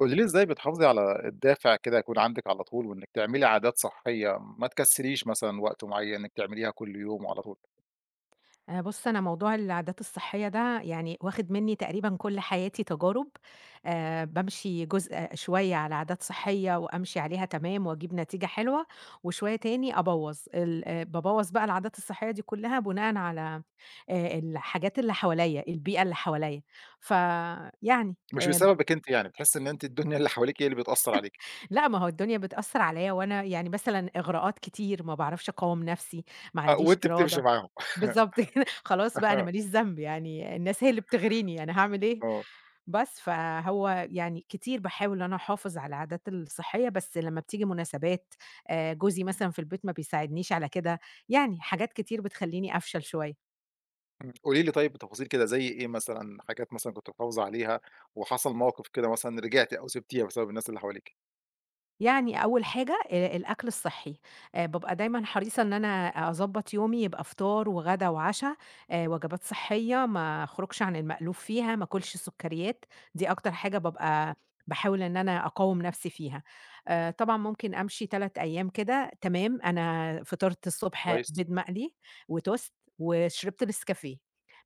قولي لي إزاي بتحافظي على الدافع كده يكون عندِك على طول، وإنِّك تعملي عادات صحية، ما تكسّليش مثلًا وقت معيّن إنِّك تعمليها كل يوم وعلى طول. بُص، أنا موضوع العادات الصحية ده يعني واخد منّي تقريبًا كل حياتي تجارب، بامشي جزء شوية على عادات صحية وأمشي عليها تمام وأجيب نتيجة حلوة، وشوية تاني أبوّظ، ال بابوّظ بقى العادات الصحية دي كلّها بناءً على الحاجات اللي حواليّا، البيئة اللي حواليّا، فيعني مش بسببِك أنتِ يعني، بتحسّي إن أنتِ الدنيا اللي حواليكِ هي اللي بتأثّر عليكِ. لأ، ما هو الدنيا بتأثّر عليَّ وأنا يعني مثلًا إغراءات كتير، ما باعرفش أقاوم نَفْسي، ما آه، عنديش وأنتِ بتمشي إرادة. معاهم بالضبط كده، خلاص بقى أنا ما ليش ذنب يعني، الناس هي اللي بتغريني، أنا هاعمل إيه؟ آه. بس، فهو يعني كتير باحاول إن أنا أحافظ على العادات الصحّية، بس لمّا بتيجي مناسبات، جوزي مثلًا في البيت ما بيساعدنيش على كده، يعني حاجات كتير بتخلّيني أفشل شوية. إمم. قولي لي طيب بتفاصيل كده زي إيه مثلًا، حاجات مثلًا كنتِ محافظة عليها وحصل موقف كده مثلًا رجعتِ أو سِبتيها بسبب الناس اللي حواليكِ؟ يعني أول حاجة الأكل الصحّي، بابقى دايمًا حريصة إن أنا أضبّط يومي يبقى فطار وغدا وعشا، وجبات صحّية، ما أخرجش عن المألوف فيها، ما آكلش سُكّريات، دي أكتر حاجة بابقى باحاول إن أنا أقاوم نَفْسي فيها. طبعًا ممكن أمشي 3 أيام كده تمام، أنا فطرت الصبح كويس. بيض مقلي وتوست وشربت نسكافيه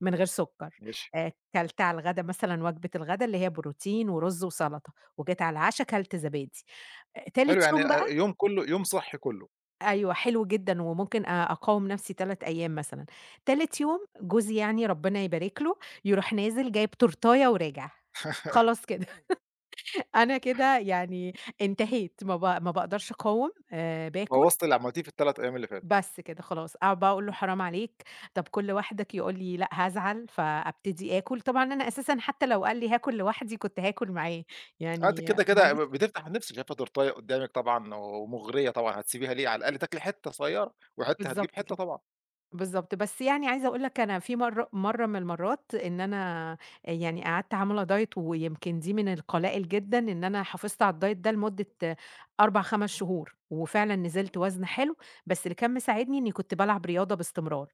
من غير سُكّر، ماشي. كلت على الغدا مثلًا وجبة الغدا اللي هي بروتين ورُز وسَلطة، وجيت على العشا كلت زبادي. حلو تالت يعني يوم بقى يوم كلّه يوم صحّي كلّه. أيوه حلو جدًا، وممكن أقاوم نفسي 3 أيام مثلًا، تالت يوم جوزي يعني ربنا يبارك له، يروح نازل جايب تورتاية وراجع، خلاص كده أنا كده يعني انتهيت، ما باقدرش أقاوم باكل، بوّظتِ اللي عملتيه في ال3 أيام اللي فاتوا. بس كده خلاص، أقعد بقى أقول له حرام عليك، طب كُل لوحدك، يقول لي: "لأ هازعل." فأبتدي آكل، طبعًا أنا أساسًا حتى لو قال لي هاكل لوحدي كنت هاكل معاه، آه، أنتِ يعني كده، ما كده عنديش بتفتح النِفس شايفة تورتاية قدّامِك طبعًا ومُغرية طبعًا، هتسيبيها ليه؟ على الأقل تاكلي حتّة صغيّرة، وحتّة هتجيب بالضبط حتّة كده. طبعًا. بالضبط، بس يعني عايزة أقول لك أنا في مرّة من المرّات إن أنا يعني قعدت عاملة diet ويمكن دي من القلائل جدًا إن أنا حافظت على الdiet ده لمدة 4، 5 شهور، وفعلًا نزلت وزن حلو، بس اللي كان مساعدني إني كنت بالعب رياضة باستمرار.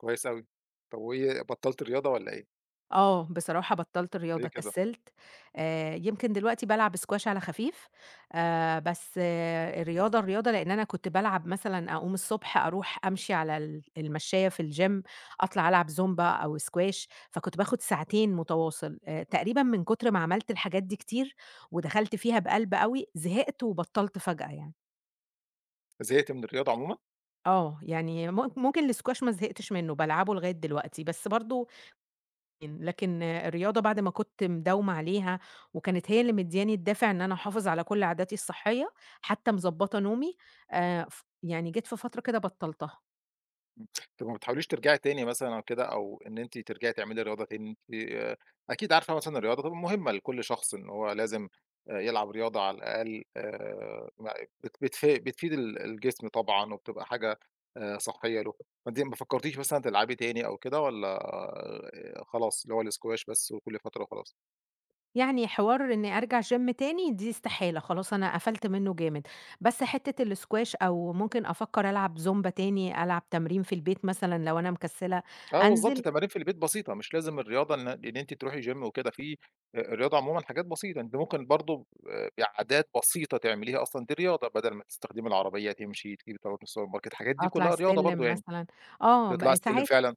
كويس أوي. طب وإيه بطّلتِ رياضة والّا إيه؟ آه، بصراحة بطّلت ليه الرياضة، كده؟ كسّلت. يمكن دلوقتي بالعب squash على خفيف. بس الرياضة، الرياضة لإن أنا كنت بالعب مثلًا أقوم الصبح أروح أمشي على المشّاية في الgym أطلع ألعب زومبا أو squash فكنت باخد ساعتين متواصل، تقريبًا من كتر ما عملت الحاجات دي كتير ودخلت فيها بقلب أوي، زهقت وبطّلت فجأة يعني. زهقتِ من الرياضة عمومًا؟ آه، يعني ممكن الsquash ما زهقتش منّه، بالعبه لغاية دلوقتي، بس برضه لكن الرياضة بعد ما كنت مداومة عليها، وكانت هي اللي مدياني الدافع إن أنا أحافظ على كل عاداتي الصحية، حتى مضبطة نومي، ف يعني جيت في فترة كده بطلتها، طب ما بتحاوليش ترجعي تاني مثلًا أو كده، أو إن أنتِ ترجعي تعملي رياضة تاني، أنتِ آه، أكيد عارفة مثلًا الرياضة طبعًا مهمة لكل شخص إن هو لازم يلعب رياضة على الأقل ما بت بتف بتفيد الجسم طبعًا وبتبقى حاجة صحية له. فأنتِ ما فكرتيش مثلًا تلعبي تاني أو كده والّا خلاص اللي هو الsquash بس وكل فترة وخلاص؟ يعني حوار إني أرجع Gym تاني دي استحالة، خلاص أنا قفلت منه جامد، بس حتة الSquash أو ممكن أفكر ألعب زومبا تاني، ألعب تمرين في البيت مثلًا لو أنا مكسلة آه بالضبط، أنزل، تمارين في البيت بسيطة، مش لازم الرياضة إن أنتِ تروحي gym وكده. في الرياضة عمومًا حاجات بسيطة، أنتِ ممكن برضه بعادات بسيطة تعمليها أصلًا دي رياضة، بدل ما تستخدمي العربية، تمشي، تجيبي طلبات من السوبر ماركت، الحاجات دي أطلع كلها رياضة برضه السلم يعني. مثلًا، آه، تطلعي ب السلم ساعات فعلًا.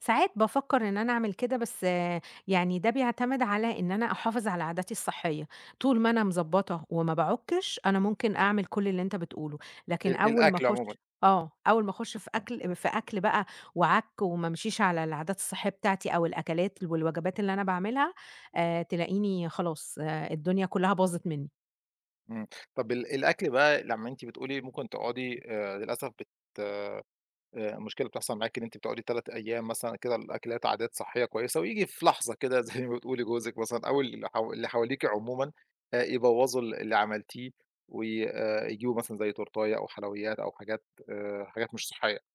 ساعات بافكر إن أنا أعمل كده، بس يعني ده بيعتمد على إن أنا أحافظ على عاداتي الصحية، طول ما أنا مضبّطة وما باعُكِّش، أنا ممكن أعمل كل اللي أنت بتقوله، لكن ال الأكل عمومًا. أول ما أخُش في آه. أكل بقى وعَك وما أمشيش على العادات الصحية بتاعتي أو الأكلات والوجبات اللي أنا باعملها، تلاقيني خلاص، الدنيا كلّها باظت منّي. إمم. طب الأكل بقى لمّا أنتِ بتقولي ممكن تقعدي للأسف بت مشكلة بتحصل معاكِ إن أنتِ بتقعدي 3 أيام مثلًا كده الأكلات عادات صحية كويسة، وييجي في لحظة كده زي ما بتقولي جوزِك مثلًا أو اللي حواليكِ عمومًا يبوّظوا اللي عملتيه، وي يجيبوا مثلًا زي تورتاية أو حلويات أو حاجات مش صحية.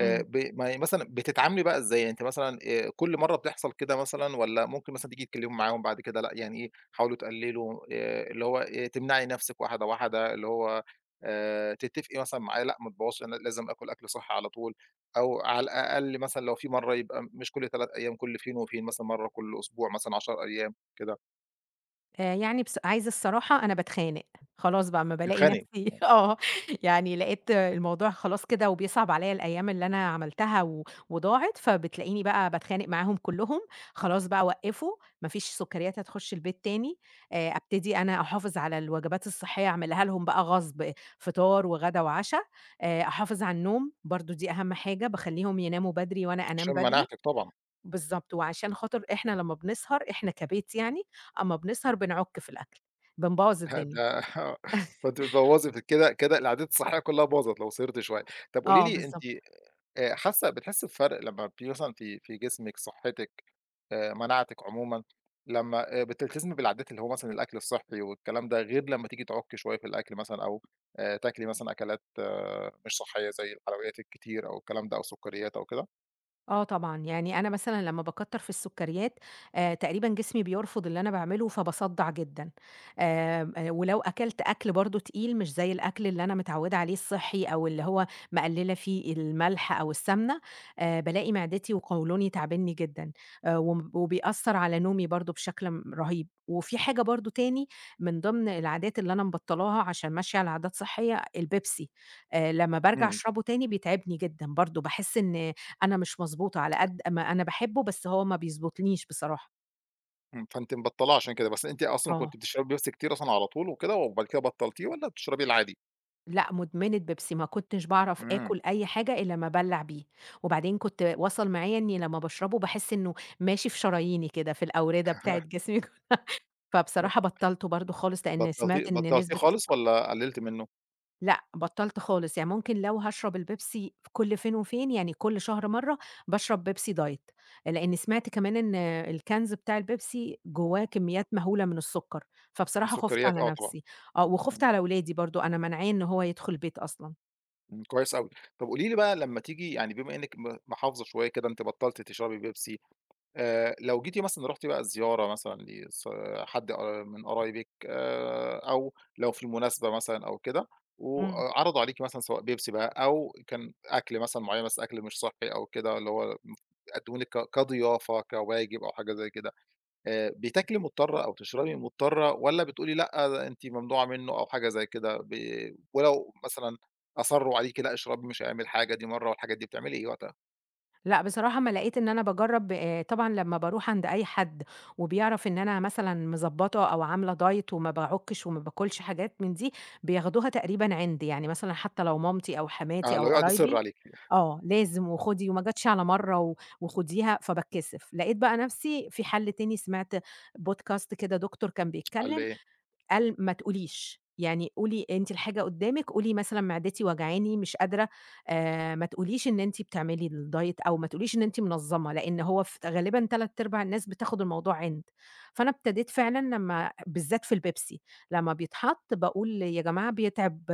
إمم. ب ما مثلًا بتتعاملي بقى إزاي؟ يعني أنتِ مثلًا كل مرّة بتحصل كده مثلًا والّا ممكن مثلًا تيجي تتكلمي معاهم بعد كده لأ، يعني إيه، حاولوا تقللوا اللي هو تمنعي نَفْسِك واحدة، واحدة، اللي هو تتفقي مثلًا معاه لأ، ما تبوّظش أنا لازم آكل أكل صحّي على طول، أو على الأقل مثلًا لو في مرّة يبقى مش كل 3 أيام، كل فين وفين مثلًا مرّة كل أسبوع مثلًا 10 أيام كده. يعني بص عايزة الصراحة أنا باتخانق، خلاص بقى أمّا بالاقي بتتخانقي. نفسي يعني لقيت الموضوع خلاص كده وبيصعب عليّا الأيام اللي أنا عملتها و وضاعت، فبتلاقيني بقى باتخانق معاهم كلّهم، خلاص بقى وقّفوا، ما فيش سكريات هتخش البيت تاني، أبتدي أنا أحافظ على الوجبات الصحية أعملها لهم بقى غصب، فطار وغدا وعشا، أحافظ على النوم برضه دي أهم حاجة، باخلّيهم يناموا بدري وأنا أنام عشان مناعتِك بدري. طبعًا. بالضبط، وعشان خاطر إحنا لمّا بنسهر إحنا كبيت يعني، أمّا بنسهر بنعُك في الأكل، بنبوّظ لأ الدنيا. ده آه. فأنتِ بتبوظي في كده العادات الصحية كلها باظت لو سهرتِ شوية. طب قولي آه لي أنتِ بالضبط. حاسة بتحسي بفرق لمّا بتبقي مثلًا في في جسمِك، صحتِك، مناعتِك عمومًا، لمّا بتلتزمي بالعادات اللي هو مثلًا الأكل الصحي والكلام ده، غير لمّا تيجي تعُكي شوية في الأكل مثلًا أو تاكلي مثلًا أكلات آه، مش صحية زي الحلويات الكتير أو الكلام ده أو السكريات أو كده؟ آه طبعًا، يعني أنا مثلًا لمّا باكتّر في السكريات تقريبًا جسمي بيرفض اللي أنا باعمله فباصدّع جدًا، آمم، ولو أكلت أكل برضه تقيل مش زي الأكل اللي أنا متعودة عليه الصحّي أو اللي هو مقللة فيه الملح أو السمنة، بالاقي معدتي وقولوني تعبني جدًا، وم وبيأثّر على نومي برضه بشكل رهيب، وفي حاجة برضه تاني من ضمن العادات اللي أنا مبطّلاها عشان ماشية على عادات صحّية البيبسي، لمّا بارجع إمم. أشربه تاني بيتعبني جدًا برضه، باحس إن أنا مش مضبوطة، على قد ما أنا باحبه بس هو ما بيضبطنيش بصراحة. إمم، فأنتِ مبطّلاه عشان كده، بس أنتِ أصلًا آه، كنتِ بتشربي بيبسي كتير أصلًا على طول وكده وبعد كده بطّلتيه والّا بتشربي العادي؟ لأ مدمنة بيبسي، ما كنتش باعرف إمم. آكل أي حاجة إلا أمّا أبلّع بيه، وبعدين كنت وصل معايا إني لمّا باشربه باحس إنه ماشي في شراييني كده، في الأوردة بتاعة جسمي، فبصراحة بطّلته برضه خالص لإن بطّلتيه سمعت إن بطّلتيه نسبة. خالص والّا قلّلتِ منه؟ لأ، بطّلت خالص، يعني ممكن لو هاشرب البيبسي ف كل فين وفين، يعني كل شهر مرّة باشرب بيبسي دايت، لإن سمعت كمان إن الكنز بتاع البيبسي جوّاه كميات مهولة من السُكّر، فبصراحة خُفت السكريات على آه طبعًا. نَفْسي. آه، وخُفت إمم. على ولادي برضه، أنا مانعاه إن هو يدخُل البيت أصلًا. إمم. كويس أوي. طب قولي لي بقى لمّا تيجي يعني بما إنِّك محافظة شوية كده أنتِ بطّلتِ تشربي بيبسي. لو جيتِ مثلًا رُحتِ بقى زيارة مثلًا حد من قرايبِك أو لو في مناسبة مثلًا أو كده، إمم. وعرضوا عليكِ مثلًا سواء بيبسي بقى أو كان أكل مثلًا معيّن بس أكل مش صحّي أو كده اللي هو قدّمه لِك كضيافة، كواجب أو حاجة زي كده. بتاكلي مضطرة أو تشربي مضطرة والّا بتقولي لأ، ده أنتِ ممنوعة منه أو حاجة زي كده ولو مثلًا أصرّوا عليكِ لأ، اشربي مش هيعمل حاجة دي مرّة والحاجات دي، بتعملي إيه وقتها؟ لأ، بصراحة أمّا لقيت إن أنا باجرّب طبعًا لمّا باروح عند أي حد وبيعرف إن أنا مثلًا مضبّطة أو عاملة diet وما باعُكّش وما باكُلش حاجات من دي، بياخدوها تقريبًا عِند، يعني مثلًا حتّى لو مامتي أو آه، حماتي لو أو يقعد يصِر قرايبي عليكِ آه، لازم وخُدي وما جاتش على مرّة و وخُديها، فباتكسف. لقيت بقى نَفْسي في حَل تاني سمعت podcast كده دكتور كان على بيتكلّم إيه؟ قال ما تقوليش، يعني قولي أنتِ الحاجة قدّامِك، قولي مثلًا معدتي وجعاني مش قادرة، ما تقوليش إن أنتِ بتعملي الdiet أو ما تقوليش إن أنتِ منظّمة، لإن هو ف غالبًا تلات أرباع الناس بتاخد الموضوع عِند. فأنا ابتديت فعلًا لمّا بالذات في البيبسي، لمّا بيتحط باقول يا جماعة بيتعب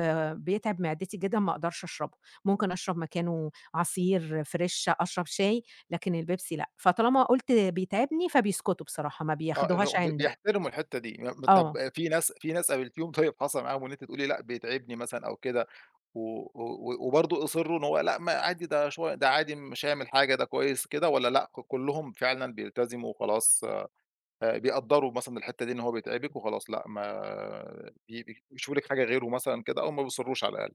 بيتعب معدتي جدًا ما أقدرش أشربه، ممكن أشرب مكانه عصير فريش، أشرب شاي، لكن البيبسي لأ. فطالما قُلت بيتعبني فبيسكتوا بصراحة، ما آه، اللي هو بياخدوهاش ب عِند بقى. بيحترموا الحتّة دي. آه. طَب في ناس قابلتيهم طيب حصل معاهم إن أنتِ تقولي لأ، بيتعبني مثلًا أو كده و و وبرضه أصرّوا إن هو لأ، ما عادي ده شوية ده عادي مش هيعمل حاجة ده كويس كده والّا لأ، كلّهم فعلًا بيلتزموا وخلاص؟ بيقدّروا مثلًا الحتّة دي إن هو بيتعبِك وخلاص لأ ما بي بي بيشوفوا لِك حاجة غيره مثلًا كده أو ما بيصرّوش على الأقل.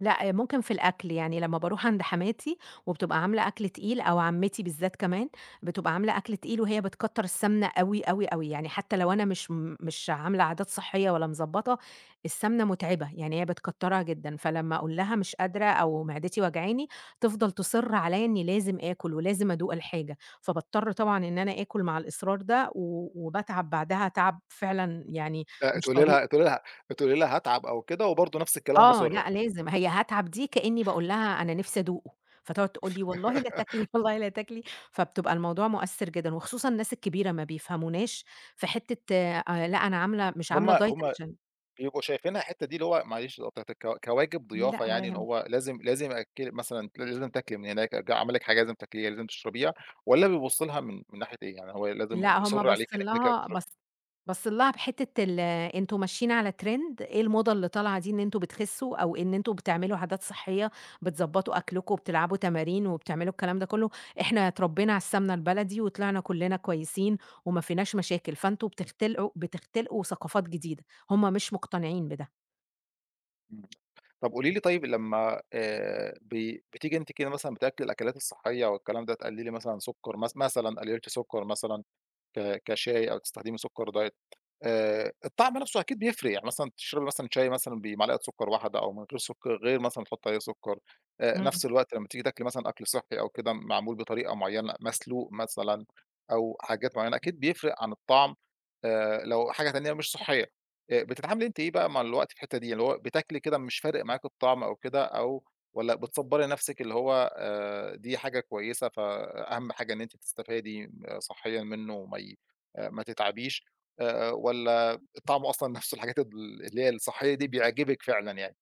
لأ، ممكن في الأكل، يعني لمّا باروح عند حماتي وبتبقى عاملة أكل تقيل أو عمتي بالذات كمان، بتبقى عاملة أكل تقيل وهي بتكتّر السمنة أوي، أوي، أوي، يعني حتى لو أنا مش عاملة عادات صحية ولا مضبّطة، السمنة متعبة، يعني هي بتكتّرها جدًا، فلمّا أقول لها مش قادرة أو معدتي وجعاني، تفضل تُصِر عليَّ إني لازم آكل ولازم أدوق الحاجة، فباضطر طبعًا إن أنا آكل مع الإصرار ده و وباتعب بعدها تعب فعلًا يعني لأ، مش تقولي طبيعي. لها تقولي لها تقولي لها هاتعب أو كده وبرضه نفس الكلام آه، مُصرّة. لأ لازم، هي هاتعب دي كإني باقول لها أنا نِفْسي أدوقه، فتقعد تقول لي: "والله لا تاكلي، والله لا تاكلي." فبتبقى الموضوع مؤثر جدًا، وخصوصًا الناس الكبيرة ما بيفهموناش في حتة لأ أنا عاملة مش هم عاملة diet هم عشان. بيبقوا شايفينها الحتّة دي اللي هو معلش ده بتاعة كواجب ضيافة لأ ولا يعني إن يهمك، هو لازم لازم أأكّلِك مثلًا لازم تاكلي من هناك، عمل لِك حاجة لازم تاكليها، لازم تشربيها والّا بيبُص لها من ناحية إيه؟ يعني هو لازم لأ هُم مِصِر عليكِ باصين إنِّك تاكلي لها وتشربي؟ باص بس لها بحتّة أنتم ماشيين على trend إيه الموضة اللي طالعة دي إن أنتم بتخسّوا أو إن أنتم بتعملوا عادات صحّية، بتضبّطوا أكلكم وبتلعبوا تمارين وبتعملوا الكلام ده كلّه، إحنا اتربّينا على السَمنة البلدي وطلعنا كلّنا كويسين وما فيناش مشاكل، فأنتم بتختلقوا ثقافات جديدة، هُم مش مقتنعين بده. إمم. طب قولي لي طيب لمّا بي بتيجي أنتِ كده مثلًا بتاكلي الأكلات الصحية والكلام ده تقللي مثلًا سُكّر مثلًا قللتِ سُكّر مثلًا كشاي أو تستخدمي سُكّر دايت. الطعم نَفْسه أكيد بيفرق، يعني مثلًا تشربي مثلًا شاي مثلًا بمعلقة سُكّر واحدة أو من غير سُكّر غير مثلًا تحُطّي عليه سُكّر. إمم. نَفْس الوقت لمّا تيجي تاكلي مثلًا أكل صحّي أو كده معمول بطريقة معيّنة، مسلوق مثلًا أو حاجات معيّنة، أكيد بيفرق عن الطعم لو حاجة تانية مش صحّية. بتتعاملي أنتِ إيه بقى مع الوقت في الحتّة دي، اللي هو بتاكلي كده مش فارق معاكِ الطعم أو كده أو والّا بتصبّري نَفْسِك اللي هو دي حاجة كويسة فأهم حاجة إن أنتِ تستفادي صحيًا منه وما ي ما تتعبيش والّا طعمه أصلًا نفسه الحاجات اللي هي الصحية دي بيعجبِك فعلًا يعني.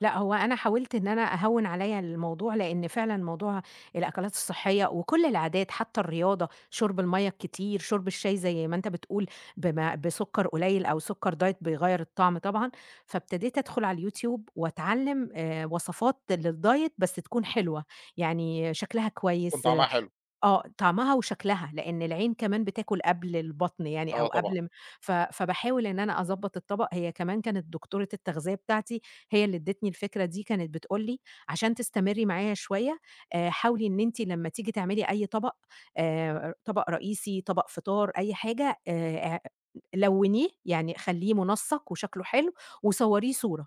لأ، هو أنا حاولت إن أنا أهوّن عليَّ الموضوع، لإن فعلًا موضوع الأكلات الصحية وكل العادات حتى الرياضة، شُرب المَيّة الكتير، شُرب الشاي زي ما أنت بتقول بسُكّر قليل أو سُكّر دايت بيغيّر الطعم طبعًا، فابتديت أدخل على الYouTube وأتعلّم وصفات للدايت بس تكون حلوة، يعني شكلها بيكون كويس. طعمها حلو؟ آه، طعمها وشكلها، لإن العين كمان بتاكل قبل البطن يعني أو آه طبعًا. قبل م ف فباحاول إن أنا أضبّط الطبق، هي كمان كانت دكتورة التغذية بتاعتي هي اللي ادّتني الفكرة دي، كانت بتقول لي: "عشان تستمري معايا شوية، حاولي إن أنتِ لمّا تيجي تعملي أي طبق، طبق رئيسي، طبق فطار، أي حاجة، لوّنيه، يعني خلّيه منسّق وشكله حلو وصوريه صورة،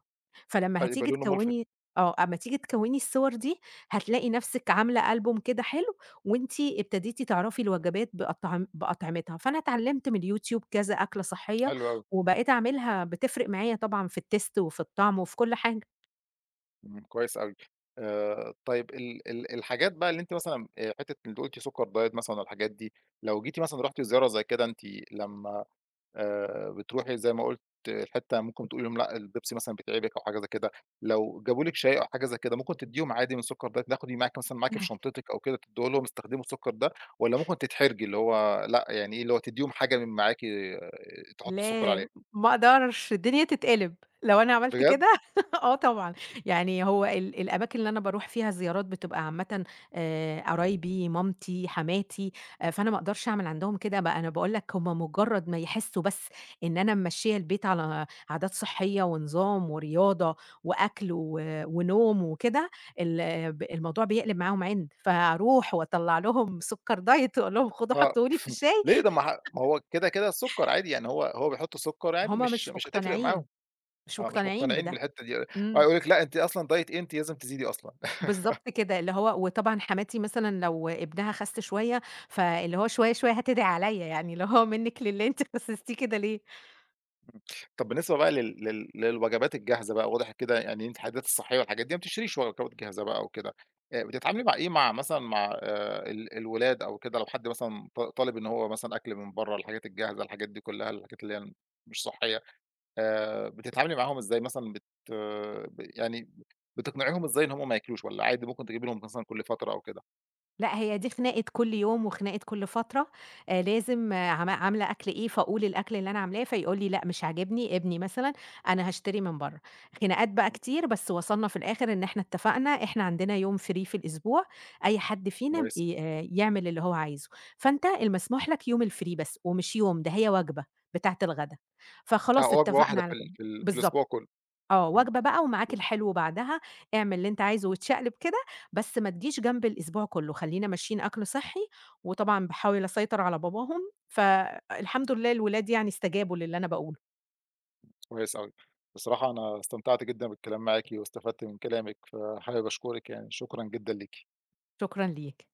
آه فلمّا يبقى هتيجي لونه مُلفِت. تكوّني" آه، أمّا تيجي تكوّني الصور دي، هتلاقي نفسِك عاملة ألبوم كده حلو وأنتِ ابتديتِ تعرفي الوجبات بأطعمتها، فأنا اتعلمت من اليوتيوب كذا أكلة صحية، حلو أوي. وبقيت أعملها بتفرق معايا طبعًا في الTaste وفي الطعم وفي كل حاجة. إمم، كويس أوي. طيب ال ال الحاجات بقى اللي أنتِ مثلًا حتّة أنتِ قُلتِ سُكّر دايت مثلًا والحاجات دي، لو جيتِ مثلًا رُحتِ زيارة زي كده أنتِ لمّا بتروحي زي ما قُلت الحتّة ممكن تقولي لهم لأ، البيبسي مثلًا بتعبِك أو حاجة زي كده، لو جابوا لِك شاي أو حاجة زي كده ممكن تدّيهم عادي من السُكّر ده، تاخدي معاكِ مثلًا معاكِ في شنطتِك أو كده تدّوها لهم استخدموا السُكّر ده والّا ممكن تتحرجي اللي هو لأ، يعني إيه، اللي هو تدّيهم حاجة من معاكِ تحُطّي السُكّر عليها؟ لا، ما أقدرش، الدنيا تتقلب لو أنا عملت بجد؟ كده آه طبعًا، يعني هو الأماكن اللي أنا باروح فيها الزيارات بتبقى عامةً، قرايبي، مامتي، حماتي، فأنا ما أقدرش أعمل عندهم كده بقى، أنا باقول لك هم مجرد ما يحسوا بس إن أنا ممشية البيت على عادات صحية ونظام ورياضة وأكل و ونوم وكده، ال ب الموضوع بيقلب معاهم عِند، فأروح وأطلع لهم سكر دايت وأقول لهم خدوا آه. حطّوه لي في الشاي، ليه ده ما هو كده، السُكّر عادي، يعني هو بيحُط سُكّر يعني هم مش مش مش هتفرق مقتنعين. معاهم. مش آه، مش مقتنعين مقتنعين بده. بالحتّة دي. آه. إمم. يقول لِك لأ، أنتِ أصلًا دايت إيه، أنتِ لازم تزيدي أصلًا. بالضبط كده، اللي هو وطبعًا حماتي مثلًا لو ابنها خَس شوية، فاللي هو شوية، شوية هتدعي عليّا يعني، اللي هو منِّك لله أنتِ خسستيه كده ليه؟ طب بالنسبة بقى لل لل للوجبات الجاهزة بقى، واضح كده يعني أنتِ الحاجات الصحية والحاجات دي ما بتشتريش وجبات جاهزة بقى وكده. بتتعاملي مع إيه، مع ال الولاد أو كده لو حد مثلًا طالب إن هو مثلًا أكل من برّه، الحاجات الجاهزة، الحاجات دي كلّها، الحاجات اللي هي مش صحية. بتتعاملي معاهم إزاي مثلًا بت آه، ب يعني بتقنعيهم إزاي إن هم ما ياكلوش والّا عادي ممكن تجيبي لهم مثلًا كل فترة أو كده؟ لأ، هي دي خناقة كل يوم وخناقة كل فترة، لازم عاملة أكل إيه، فأقول الأكل اللي أنا عاملاه، فيقول لي: "لأ، مش عاجبني." ابني مثلًا، "أنا هاشتري من برّه." خناقات بقى إمم. كتير، بس وصلنا في الآخر إن إحنا اتفقنا، إحنا عندنا يوم free في الأسبوع، أي حد فينا كويس. ي يعمل اللي هو عايزه، فأنت المسموح لك يوم الfree بس، ومش يوم، ده هي وجبة بتاعة الغدا، آه فخلاص وجبة واحدة اتفقنا في على ال كده. في ال في الأسبوع بالضبط. كلّه. آه، إمم. وجبة بقى ومعاك الحلو بعدها، اعمل اللي أنت عايزه وتشقلب كده، بس ما تجيش جنب الأسبوع كلّه، خلّينا ماشيين أكل صحّي، وطبعًا باحاول أسيطر على باباهم، فالحمد لله الولاد يعني استجابوا للي أنا باقوله، كويس أوي. بصراحة أنا استمتعت جدًا بالكلام معاكِ واستفدت من كلامِك، فحابب أشكرِك يعني، شكرًا جدًا ليكِ. شكرًا ليك.